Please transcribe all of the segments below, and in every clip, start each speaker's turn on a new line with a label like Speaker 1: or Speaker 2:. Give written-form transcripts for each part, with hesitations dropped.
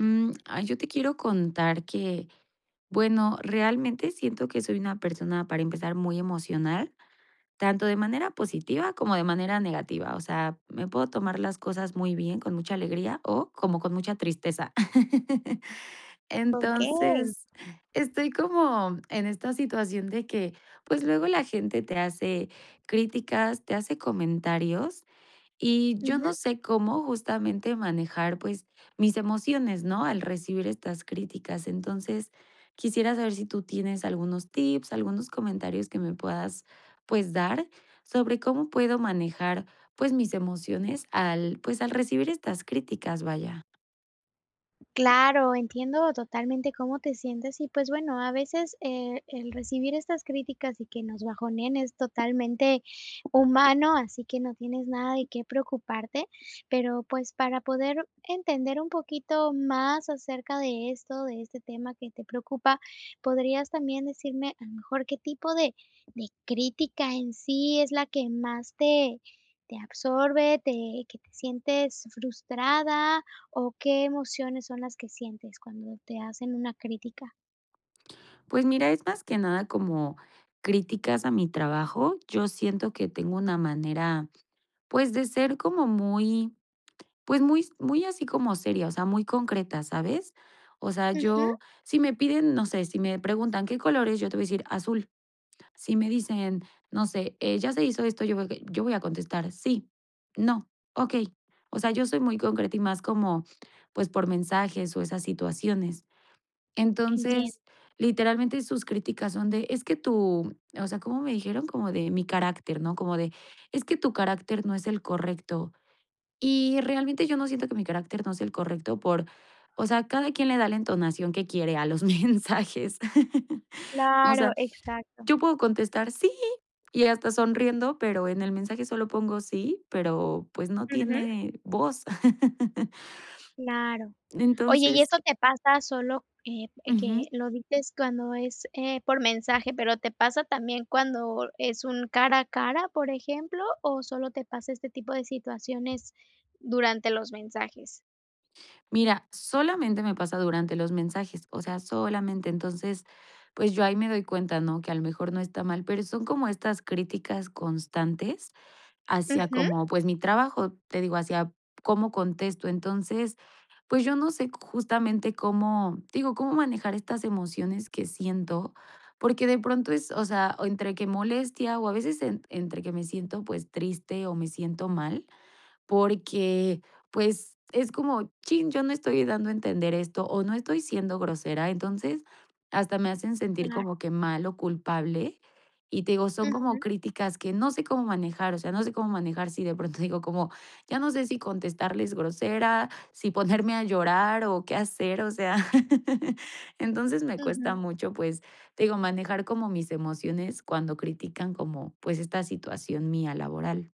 Speaker 1: Yo te quiero contar que, bueno, realmente siento que soy una persona, para empezar, muy emocional, tanto de manera positiva como de manera negativa. O sea, me puedo tomar las cosas muy bien, con mucha alegría o como con mucha tristeza.
Speaker 2: Okey.
Speaker 1: Entonces, estoy como en esta situación de que, pues luego la gente te hace críticas, te hace comentarios y yo
Speaker 2: Ujú.
Speaker 1: no sé cómo justamente manejar, pues, mis emociones, ¿no? Al recibir estas críticas. Entonces, quisiera saber si tú tienes algunos tips, algunos comentarios que me puedas, pues, dar sobre cómo puedo manejar, pues, mis emociones al recibir estas críticas, vaya.
Speaker 2: Claro, entiendo totalmente cómo te sientes y, pues, bueno, a veces, el recibir estas críticas y que nos bajoneen es totalmente humano, así que no tienes nada de qué preocuparte. Pero, pues, para poder entender un poquito más acerca de esto, de este tema que te preocupa, ¿podrías también decirme, a lo mejor, qué tipo de crítica en sí es la que más te absorbe, te que te sientes frustrada? ¿O qué emociones son las que sientes cuando te hacen una crítica?
Speaker 1: Pues mira, es más que nada como críticas a mi trabajo. Yo siento que tengo una manera, pues, de ser como muy Pues muy muy así como seria, o sea, muy concreta, ¿sabes? O sea,
Speaker 2: Ujú.
Speaker 1: yo si me piden, no sé, si me preguntan: "¿Qué colores?", yo te voy a decir: "Azul". Si me dicen, no sé: ¿ya se hizo esto?", yo voy a contestar: "Sí", "No", "Okey". O sea, yo soy muy concreta y más como, pues, por mensajes o esas situaciones.
Speaker 2: Entiendo.
Speaker 1: Entonces, literalmente sus críticas son de: "Es que tu", o sea, ¿cómo me dijeron? Como de mi carácter, ¿no? Como de: "Es que tu carácter no es el correcto". Y realmente yo no siento que mi carácter no sea el correcto por, o sea, cada quien le da la entonación que quiere a los mensajes. O
Speaker 2: Claro,
Speaker 1: sea,
Speaker 2: exacto.
Speaker 1: yo puedo contestar sí y hasta sonriendo, pero en el mensaje solo pongo sí, pero pues no
Speaker 2: Ujú.
Speaker 1: tiene voz.
Speaker 2: Claro. Oye, ¿y
Speaker 1: Entonces...
Speaker 2: esto te pasa solo, que
Speaker 1: Ujú.
Speaker 2: lo dices cuando es, por mensaje, pero te pasa también cuando es un cara a cara, por ejemplo, o solo te pasa este tipo de situaciones durante los mensajes?
Speaker 1: Mira, solamente me pasa durante los mensajes, o sea, solamente. Entonces, pues yo ahí me doy cuenta, ¿no? Que a lo mejor no está mal, pero son como estas críticas constantes hacia
Speaker 2: Ujú.
Speaker 1: como, pues, mi trabajo, te digo, hacia cómo contesto. Entonces, pues, yo no sé justamente cómo, te digo, cómo manejar estas emociones que siento, porque de pronto es, o sea, o entre que molestia o a veces entre que me siento, pues, triste o me siento mal, porque, pues, es como, chin, yo no estoy dando a entender esto o no estoy siendo grosera. Entonces, hasta me hacen sentir
Speaker 2: Claro.
Speaker 1: como que mal o culpable. Y te digo, son como
Speaker 2: Ujú.
Speaker 1: críticas que no sé cómo manejar, o sea, no sé cómo manejar si de pronto digo como, ya no sé si contestarles grosera, si ponerme a llorar o qué hacer, o sea, entonces me cuesta
Speaker 2: Ujú.
Speaker 1: mucho, pues, te digo, manejar como mis emociones cuando critican como, pues, esta situación mía laboral.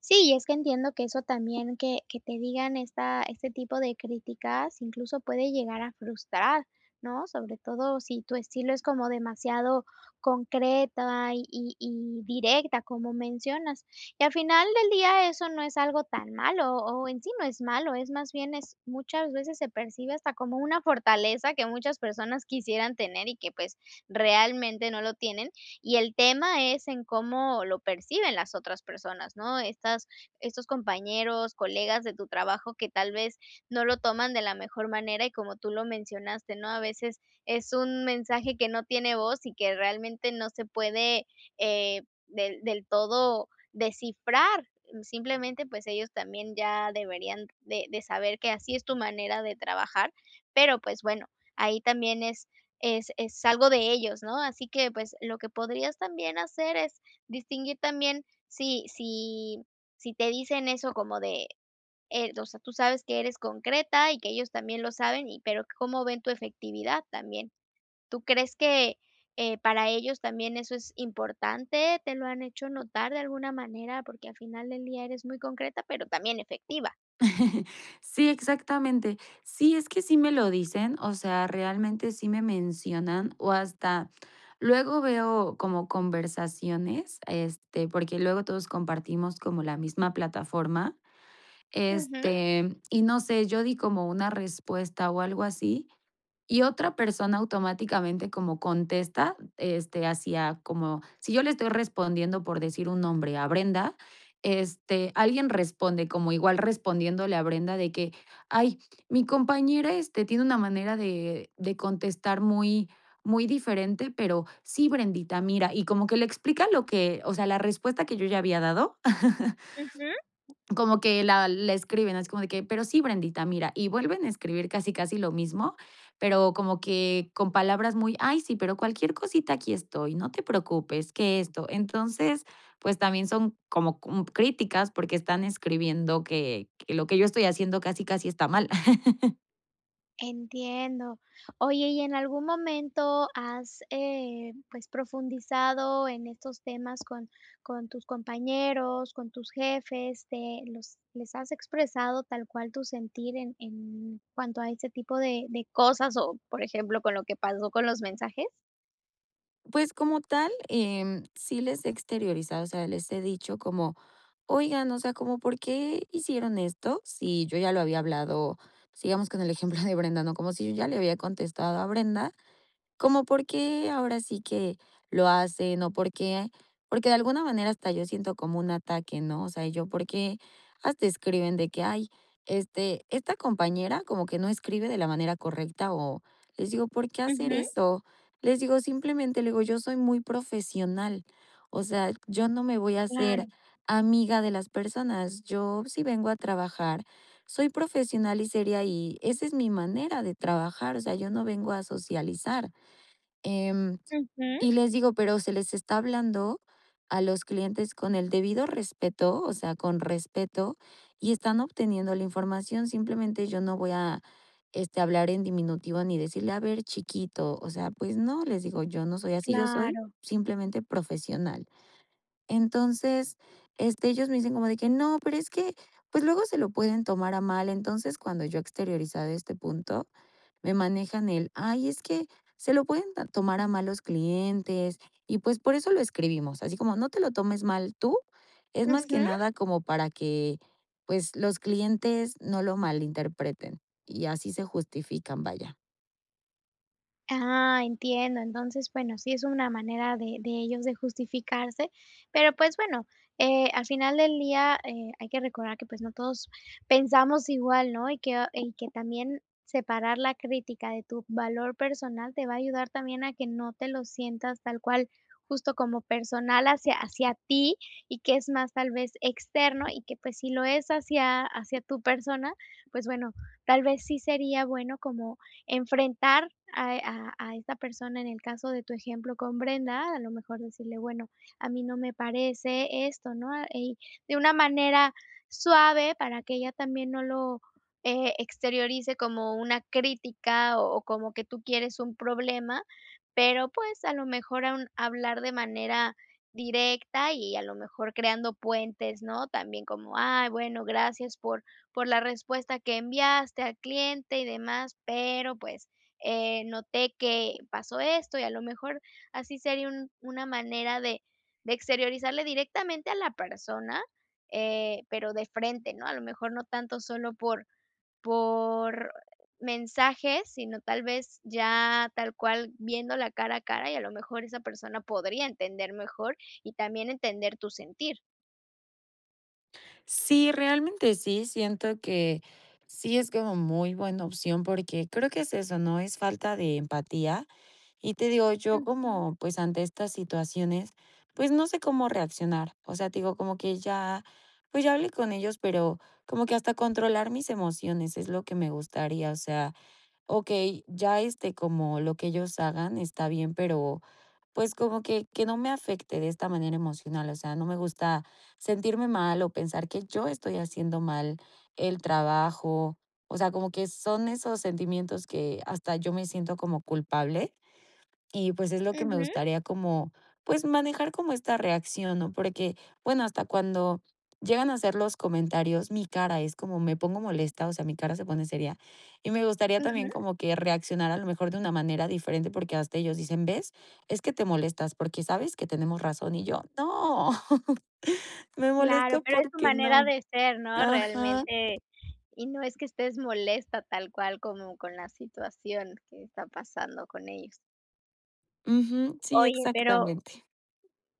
Speaker 2: Sí, y es que entiendo que eso también que te digan esta este tipo de críticas, incluso puede llegar a frustrar, ¿no? Sobre todo si tu estilo es como demasiado concreta y directa, como mencionas. Y al final del día eso no es algo tan malo, o en sí no es malo, es más bien es muchas veces se percibe hasta como una fortaleza que muchas personas quisieran tener y que, pues, realmente no lo tienen. Y el tema es en cómo lo perciben las otras personas, ¿no? Estas estos compañeros, colegas de tu trabajo que tal vez no lo toman de la mejor manera y como tú lo mencionaste, ¿no? A veces es un mensaje que no tiene voz y que realmente no se puede, del todo descifrar. Simplemente, pues, ellos también ya deberían de saber que así es tu manera de trabajar, pero, pues, bueno, ahí también es es algo de ellos, ¿no? Así que, pues, lo que podrías también hacer es distinguir también si te dicen eso como de, o sea, tú sabes que eres concreta y que ellos también lo saben, y pero cómo ven tu efectividad también. ¿Tú crees que, para ellos también eso es importante? ¿Te lo han hecho notar de alguna manera? Porque al final del día eres muy concreta, pero también efectiva.
Speaker 1: Sí, exactamente. Sí, es que sí me lo dicen, o sea, realmente sí me mencionan o hasta luego veo como conversaciones, este, porque luego todos compartimos como la misma plataforma,
Speaker 2: Ujú,
Speaker 1: este, y no sé, yo di como una respuesta o algo así, y otra persona automáticamente como contesta, este, hacia como si yo le estoy respondiendo, por decir un nombre, a Brenda, este, alguien responde como igual respondiéndole a Brenda de que: "Ay, mi compañera, este, tiene una manera de contestar muy muy diferente, pero sí, Brendita, mira", y como que le explica lo que, o sea, la respuesta que yo ya había dado,
Speaker 2: ujú.
Speaker 1: como que la escriben, así como de que: "Pero sí, Brendita, mira", y vuelven a escribir casi, casi lo mismo, pero como que con palabras muy: "Ay, sí, pero cualquier cosita aquí estoy, no te preocupes, que esto". Entonces, pues, también son como cum críticas porque están escribiendo que lo que yo estoy haciendo casi, casi está mal.
Speaker 2: Entiendo. Oye, ¿y en algún momento has, pues, profundizado en estos temas con tus compañeros, con tus jefes? ¿Te los les has expresado tal cual tu sentir en cuanto a este tipo de cosas o, por ejemplo, con lo que pasó con los mensajes?
Speaker 1: Pues como tal, sí les he exteriorizado, o sea, les he dicho como, oigan, o sea, como, ¿por qué hicieron esto? Si yo ya lo había hablado, sigamos con el ejemplo de Brenda, ¿no? Como si yo ya le había contestado a Brenda como porque ahora sí que lo hacen o porque de alguna manera hasta yo siento como un ataque, ¿no? O sea, yo porque hasta escriben de que, ay, este, esta compañera como que no escribe de la manera correcta o les digo, ¿por qué hacer
Speaker 2: Ujú,
Speaker 1: eso? Les digo, simplemente, le digo, yo soy muy profesional, o sea, yo no me voy a hacer
Speaker 2: claro,
Speaker 1: amiga de las personas, yo si vengo a trabajar, soy profesional y seria y esa es mi manera de trabajar, o sea, yo no vengo a socializar. Em,
Speaker 2: ujú.
Speaker 1: y les digo, pero se les está hablando a los clientes con el debido respeto, o sea, con respeto, y están obteniendo la información. Simplemente yo no voy a este, hablar en diminutivo ni decirle, a ver, chiquito, o sea, pues no, les digo, yo no soy así, yo soy
Speaker 2: Claro.
Speaker 1: simplemente profesional. Entonces, este, ellos me dicen como de que no, pero es que, pues luego se lo pueden tomar a mal. Entonces, cuando yo he exteriorizado este punto, me manejan el, ay, es que se lo pueden tomar a malos clientes y pues por eso lo escribimos, así como no te lo tomes mal tú, es más que Ujú.
Speaker 2: Ujú.
Speaker 1: Nada como para que pues los clientes no lo malinterpreten y así se justifican, vaya.
Speaker 2: Ah, entiendo. Entonces, bueno, sí es una manera de ellos de justificarse, pero, pues, bueno, al final del día, hay que recordar que, pues, no todos pensamos igual, ¿no? Y que ah, y que también separar la crítica de tu valor personal te va a ayudar también a que no te lo sientas tal cual, justo como personal hacia ti, y que es más, tal vez, externo, y que, pues, si lo es hacia tu persona, pues, bueno, tal vez sí sería bueno como enfrentar a, esta persona, en el caso de tu ejemplo con Brenda, a lo mejor decirle, bueno, a mí no me parece esto, ¿no? Ah, y de una manera suave para que ella también no lo exteriorice como una crítica o como que tú quieres un problema, pero pues a lo mejor aún hablar de manera directa y a lo mejor creando puentes, ¿no? También como, ay, bueno, gracias por la respuesta que enviaste al cliente y demás, pero pues noté que pasó esto y a lo mejor así sería una manera de exteriorizarle directamente a la persona, pero de frente, ¿no? A lo mejor no tanto solo por, por mensajes, sino tal vez ya tal cual viendo la cara a cara y a lo mejor esa persona podría entender mejor y también entender tu sentir.
Speaker 1: Sí, realmente sí, siento que sí es como muy buena opción porque creo que es eso, ¿no? Es falta de empatía. Y te digo, yo
Speaker 2: Ujú,
Speaker 1: como pues ante estas situaciones, pues no sé cómo reaccionar. O sea, te digo, como que ya, pues ya hablé con ellos, pero como que hasta controlar mis emociones es lo que me gustaría. O sea, okey, ya, este, como lo que ellos hagan está bien, pero, pues, como que no me afecte de esta manera emocional, o sea, no me gusta sentirme mal o pensar que yo estoy haciendo mal el trabajo, o sea, como que son esos sentimientos que hasta yo me siento como culpable y pues es lo que me
Speaker 2: ujú,
Speaker 1: gustaría como, pues manejar como esta reacción, ¿no? Porque, bueno, hasta cuando llegan a hacer los comentarios, mi cara es como me pongo molesta, o sea, mi cara se pone seria. Y me gustaría también
Speaker 2: ujú.
Speaker 1: como que reaccionar a lo mejor de una manera diferente, porque hasta ellos dicen, ¿ves? Es que te molestas porque sabes que tenemos razón. Y yo, no, me
Speaker 2: Claro,
Speaker 1: molesto
Speaker 2: pero es su
Speaker 1: porque
Speaker 2: manera
Speaker 1: no.
Speaker 2: de ser, ¿no?
Speaker 1: Ajá.
Speaker 2: Realmente, y no es que estés molesta tal cual como con la situación que está pasando con ellos.
Speaker 1: Ujú, sí,
Speaker 2: Oye, pero
Speaker 1: exactamente.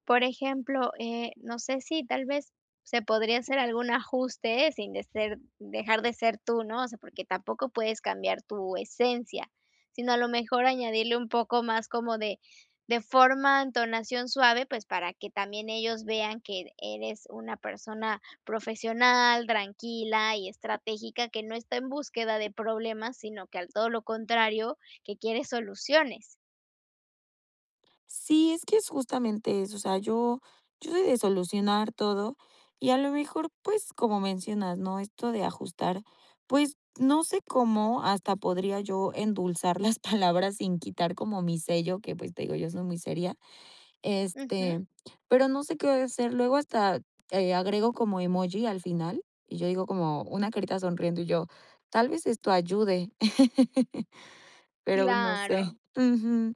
Speaker 2: por ejemplo, no sé si tal vez se podría hacer algún ajuste sin de ser dejar de ser tú, ¿no? O sea, porque tampoco puedes cambiar tu esencia, sino a lo mejor añadirle un poco más como de forma, entonación suave, pues, para que también ellos vean que eres una persona profesional, tranquila y estratégica, que no está en búsqueda de problemas, sino que al todo lo contrario, que quiere soluciones.
Speaker 1: Sí, es que es justamente eso, o sea, yo soy de solucionar todo y a lo mejor, pues, como mencionas, ¿no? Esto de ajustar, pues, no sé cómo hasta podría yo endulzar las palabras sin quitar como mi sello, que, pues, te digo, yo soy muy seria,
Speaker 2: Ujú,
Speaker 1: este, pero no sé qué hacer, luego hasta, agrego como emoji al final, y yo digo como una carita sonriendo y yo, tal vez esto ayude, pero no sé.
Speaker 2: claro.
Speaker 1: Ujú.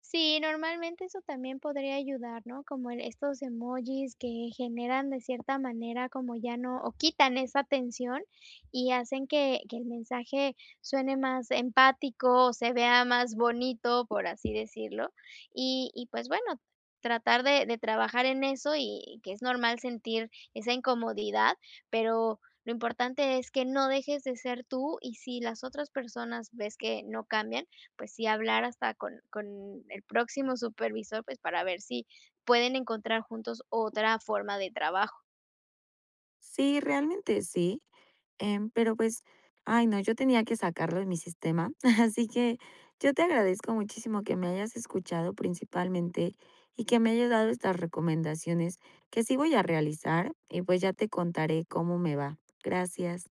Speaker 2: Sí, normalmente eso también podría ayudar, ¿no? Como el estos emojis que generan de cierta manera como ya no o quitan esa tensión y hacen que el mensaje suene más empático, o se vea más bonito, por así decirlo. Y pues bueno, tratar de trabajar en eso y que es normal sentir esa incomodidad, pero lo importante es que no dejes de ser tú y si las otras personas ves que no cambian, pues sí hablar hasta con el próximo supervisor, pues para ver si pueden encontrar juntos otra forma de trabajo.
Speaker 1: Sí, realmente sí. Pero pues, ay no, yo tenía que sacarlo de mi sistema, así que yo te agradezco muchísimo que me hayas escuchado principalmente y que me hayas dado estas recomendaciones que sí voy a realizar y pues ya te contaré cómo me va. Gracias.